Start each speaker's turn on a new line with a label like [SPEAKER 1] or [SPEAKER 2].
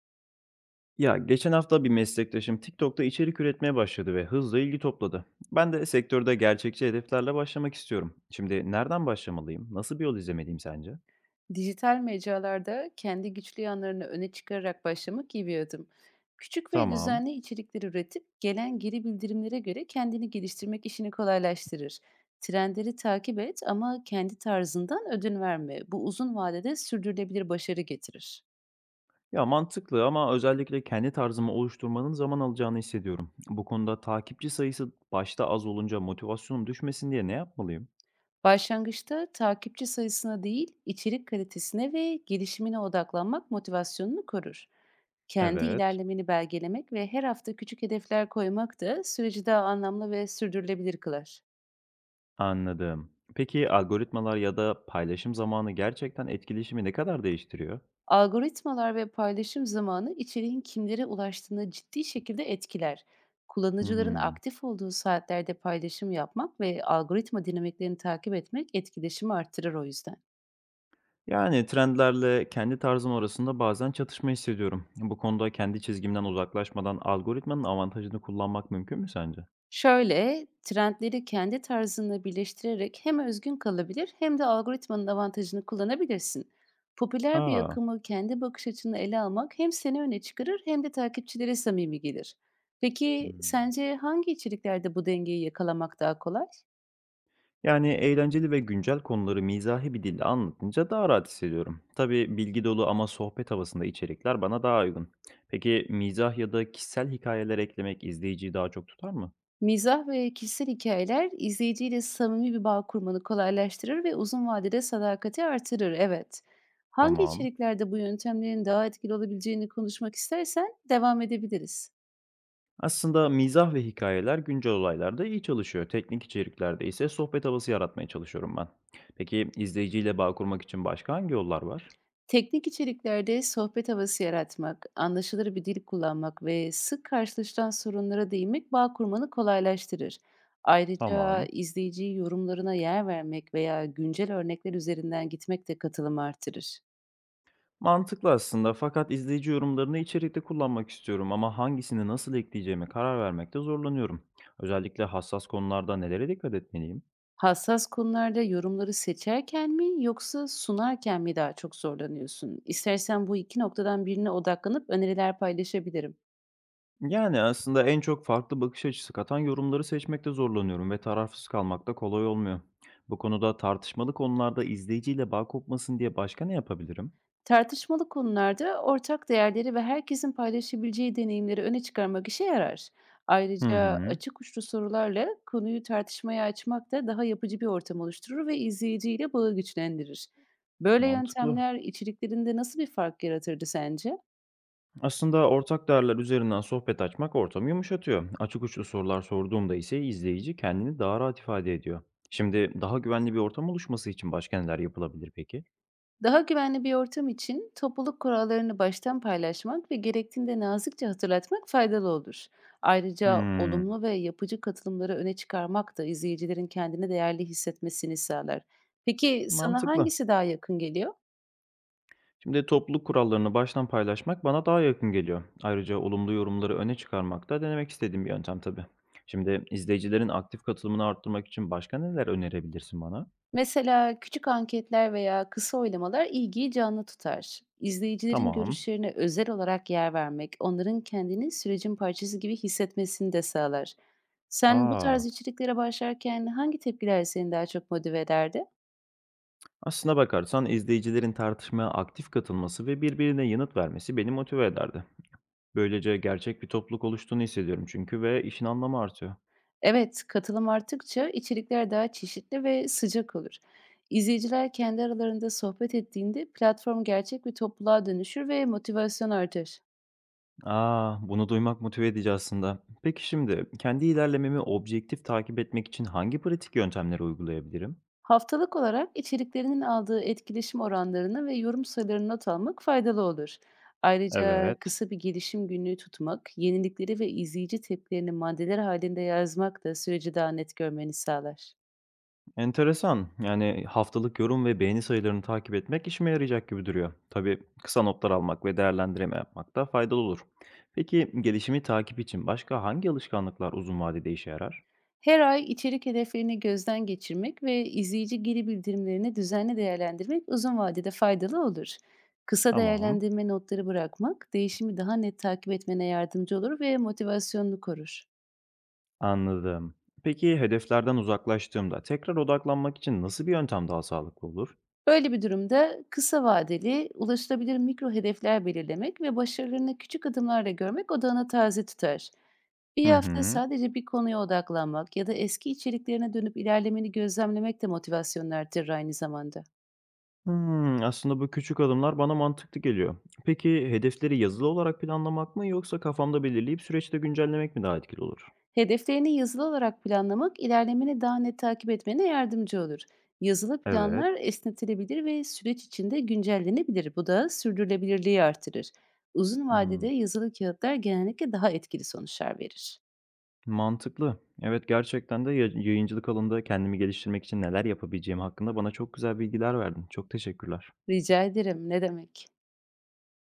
[SPEAKER 1] Ya geçen hafta bir meslektaşım TikTok'ta içerik üretmeye başladı ve hızla ilgi topladı. Ben de sektörde gerçekçi hedeflerle başlamak istiyorum. Şimdi nereden başlamalıyım? Nasıl bir yol izlemeliyim sence?
[SPEAKER 2] Dijital mecralarda kendi güçlü yanlarını öne çıkararak başlamak iyi bir adım. Küçük ve
[SPEAKER 1] Tamam.
[SPEAKER 2] düzenli içerikler üretip gelen geri bildirimlere göre kendini geliştirmek işini kolaylaştırır. Trendleri takip et, ama kendi tarzından ödün verme. Bu uzun vadede sürdürülebilir başarı getirir.
[SPEAKER 1] Ya mantıklı, ama özellikle kendi tarzımı oluşturmanın zaman alacağını hissediyorum. Bu konuda takipçi sayısı başta az olunca motivasyonum düşmesin diye ne yapmalıyım?
[SPEAKER 2] Başlangıçta takipçi sayısına değil, içerik kalitesine ve gelişimine odaklanmak motivasyonunu korur. Kendi
[SPEAKER 1] Evet,
[SPEAKER 2] ilerlemeni belgelemek ve her hafta küçük hedefler koymak da süreci daha anlamlı ve sürdürülebilir kılar.
[SPEAKER 1] anladım. Peki algoritmalar ya da paylaşım zamanı gerçekten etkileşimi ne kadar değiştiriyor?
[SPEAKER 2] Algoritmalar ve paylaşım zamanı içeriğin kimlere ulaştığını ciddi şekilde etkiler. Kullanıcıların
[SPEAKER 1] Hmm.
[SPEAKER 2] aktif olduğu saatlerde paylaşım yapmak ve algoritma dinamiklerini takip etmek etkileşimi arttırır, o yüzden.
[SPEAKER 1] Yani trendlerle kendi tarzım arasında bazen çatışma hissediyorum. Bu konuda kendi çizgimden uzaklaşmadan algoritmanın avantajını kullanmak mümkün mü sence?
[SPEAKER 2] Şöyle, trendleri kendi tarzınla birleştirerek hem özgün kalabilir hem de algoritmanın avantajını kullanabilirsin. Popüler bir
[SPEAKER 1] Aa.
[SPEAKER 2] akımı kendi bakış açını ele almak hem seni öne çıkarır hem de takipçilere samimi gelir. Peki
[SPEAKER 1] Hmm,
[SPEAKER 2] sence hangi içeriklerde bu dengeyi yakalamak daha kolay?
[SPEAKER 1] Yani eğlenceli ve güncel konuları mizahi bir dille anlatınca daha rahat hissediyorum. Tabii bilgi dolu ama sohbet havasında içerikler bana daha uygun. Peki mizah ya da kişisel hikayeler eklemek izleyiciyi daha çok tutar mı?
[SPEAKER 2] Mizah ve kişisel hikayeler izleyiciyle samimi bir bağ kurmanı kolaylaştırır ve uzun vadede sadakati artırır. Evet. Hangi
[SPEAKER 1] Tamam.
[SPEAKER 2] içeriklerde bu yöntemlerin daha etkili olabileceğini konuşmak istersen devam edebiliriz.
[SPEAKER 1] Aslında mizah ve hikayeler güncel olaylarda iyi çalışıyor. Teknik içeriklerde ise sohbet havası yaratmaya çalışıyorum ben. Peki izleyiciyle bağ kurmak için başka hangi yollar var?
[SPEAKER 2] Teknik içeriklerde sohbet havası yaratmak, anlaşılır bir dil kullanmak ve sık karşılaşılan sorunlara değinmek bağ kurmanı kolaylaştırır. Ayrıca
[SPEAKER 1] Tamam.
[SPEAKER 2] izleyici yorumlarına yer vermek veya güncel örnekler üzerinden gitmek de katılımı artırır.
[SPEAKER 1] Mantıklı aslında, fakat izleyici yorumlarını içerikte kullanmak istiyorum ama hangisini nasıl ekleyeceğime karar vermekte zorlanıyorum. Özellikle hassas konularda nelere dikkat etmeliyim?
[SPEAKER 2] Hassas konularda yorumları seçerken mi, yoksa sunarken mi daha çok zorlanıyorsun? İstersen bu iki noktadan birine odaklanıp öneriler paylaşabilirim.
[SPEAKER 1] Yani, aslında en çok farklı bakış açısı katan yorumları seçmekte zorlanıyorum ve tarafsız kalmak da kolay olmuyor. Bu konuda tartışmalı konularda izleyiciyle bağ kopmasın diye başka ne yapabilirim?
[SPEAKER 2] Tartışmalı konularda ortak değerleri ve herkesin paylaşabileceği deneyimleri öne çıkarmak işe yarar.
[SPEAKER 1] Hı
[SPEAKER 2] Ayrıca
[SPEAKER 1] hı,
[SPEAKER 2] açık uçlu sorularla konuyu tartışmaya açmak da daha yapıcı bir ortam oluşturur ve izleyiciyle bağı güçlendirir. Böyle
[SPEAKER 1] mantıklı.
[SPEAKER 2] yöntemler içeriklerinde nasıl bir fark yaratırdı sence?
[SPEAKER 1] Aslında ortak değerler üzerinden sohbet açmak ortamı yumuşatıyor. Açık uçlu sorular sorduğumda ise izleyici kendini daha rahat ifade ediyor. Şimdi daha güvenli bir ortam oluşması için başka neler yapılabilir peki?
[SPEAKER 2] Daha güvenli bir ortam için topluluk kurallarını baştan paylaşmak ve gerektiğinde nazikçe hatırlatmak faydalı olur. Ayrıca
[SPEAKER 1] Hımm,
[SPEAKER 2] olumlu ve yapıcı katılımları öne çıkarmak da izleyicilerin kendini değerli hissetmesini sağlar. Peki sana
[SPEAKER 1] mantıklı.
[SPEAKER 2] hangisi daha yakın geliyor?
[SPEAKER 1] Şimdi topluluk kurallarını baştan paylaşmak bana daha yakın geliyor. Ayrıca olumlu yorumları öne çıkarmak da denemek istediğim bir yöntem tabii. Şimdi izleyicilerin aktif katılımını arttırmak için başka neler önerebilirsin bana?
[SPEAKER 2] Mesela küçük anketler veya kısa oylamalar ilgiyi canlı tutar. İzleyicilerin
[SPEAKER 1] Tamam.
[SPEAKER 2] görüşlerine özel olarak yer vermek, onların kendini sürecin parçası gibi hissetmesini de sağlar. Sen bu tarz
[SPEAKER 1] Aa,
[SPEAKER 2] içeriklere başlarken hangi tepkiler seni daha çok motive ederdi?
[SPEAKER 1] aslına bakarsan izleyicilerin tartışmaya aktif katılması ve birbirine yanıt vermesi beni motive ederdi. Böylece gerçek bir topluluk oluştuğunu hissediyorum çünkü ve işin anlamı artıyor.
[SPEAKER 2] Evet, katılım arttıkça içerikler daha çeşitli ve sıcak olur. İzleyiciler kendi aralarında sohbet ettiğinde platform gerçek bir topluluğa dönüşür ve motivasyon artar.
[SPEAKER 1] Aa, bunu duymak motive edici aslında. Peki şimdi kendi ilerlememi objektif takip etmek için hangi pratik yöntemleri uygulayabilirim?
[SPEAKER 2] Haftalık olarak içeriklerinin aldığı etkileşim oranlarını ve yorum sayılarını not almak faydalı olur. Ayrıca
[SPEAKER 1] Evet,
[SPEAKER 2] kısa bir gelişim günlüğü tutmak, yenilikleri ve izleyici tepkilerini maddeler halinde yazmak da süreci daha net görmeni sağlar.
[SPEAKER 1] enteresan. Yani haftalık yorum ve beğeni sayılarını takip etmek işime yarayacak gibi duruyor. Tabii kısa notlar almak ve değerlendirme yapmak da faydalı olur. Peki gelişimi takip için başka hangi alışkanlıklar uzun vadede işe yarar?
[SPEAKER 2] Her ay içerik hedeflerini gözden geçirmek ve izleyici geri bildirimlerini düzenli değerlendirmek uzun vadede faydalı olur. Kısa
[SPEAKER 1] Tamam,
[SPEAKER 2] değerlendirme notları bırakmak, değişimi daha net takip etmene yardımcı olur ve motivasyonunu korur.
[SPEAKER 1] anladım. Peki hedeflerden uzaklaştığımda tekrar odaklanmak için nasıl bir yöntem daha sağlıklı olur?
[SPEAKER 2] Böyle bir durumda kısa vadeli ulaşılabilir mikro hedefler belirlemek ve başarılarını küçük adımlarla görmek odağını taze tutar. Bir
[SPEAKER 1] Hı
[SPEAKER 2] hafta
[SPEAKER 1] hı.
[SPEAKER 2] sadece bir konuya odaklanmak ya da eski içeriklerine dönüp ilerlemeni gözlemlemek de motivasyonunu artırır aynı zamanda.
[SPEAKER 1] Aslında bu küçük adımlar bana mantıklı geliyor. Peki hedefleri yazılı olarak planlamak mı yoksa kafamda belirleyip süreçte güncellemek mi daha etkili olur?
[SPEAKER 2] Hedeflerini yazılı olarak planlamak ilerlemeni daha net takip etmene yardımcı olur. Yazılı
[SPEAKER 1] Evet.
[SPEAKER 2] planlar esnetilebilir ve süreç içinde güncellenebilir. Bu da sürdürülebilirliği artırır. Uzun vadede
[SPEAKER 1] Hımm.
[SPEAKER 2] yazılı kağıtlar genellikle daha etkili sonuçlar verir.
[SPEAKER 1] Mantıklı. Evet, gerçekten de ya yayıncılık alanında kendimi geliştirmek için neler yapabileceğim hakkında bana çok güzel bilgiler verdin. Çok teşekkürler.
[SPEAKER 2] Rica ederim, ne demek.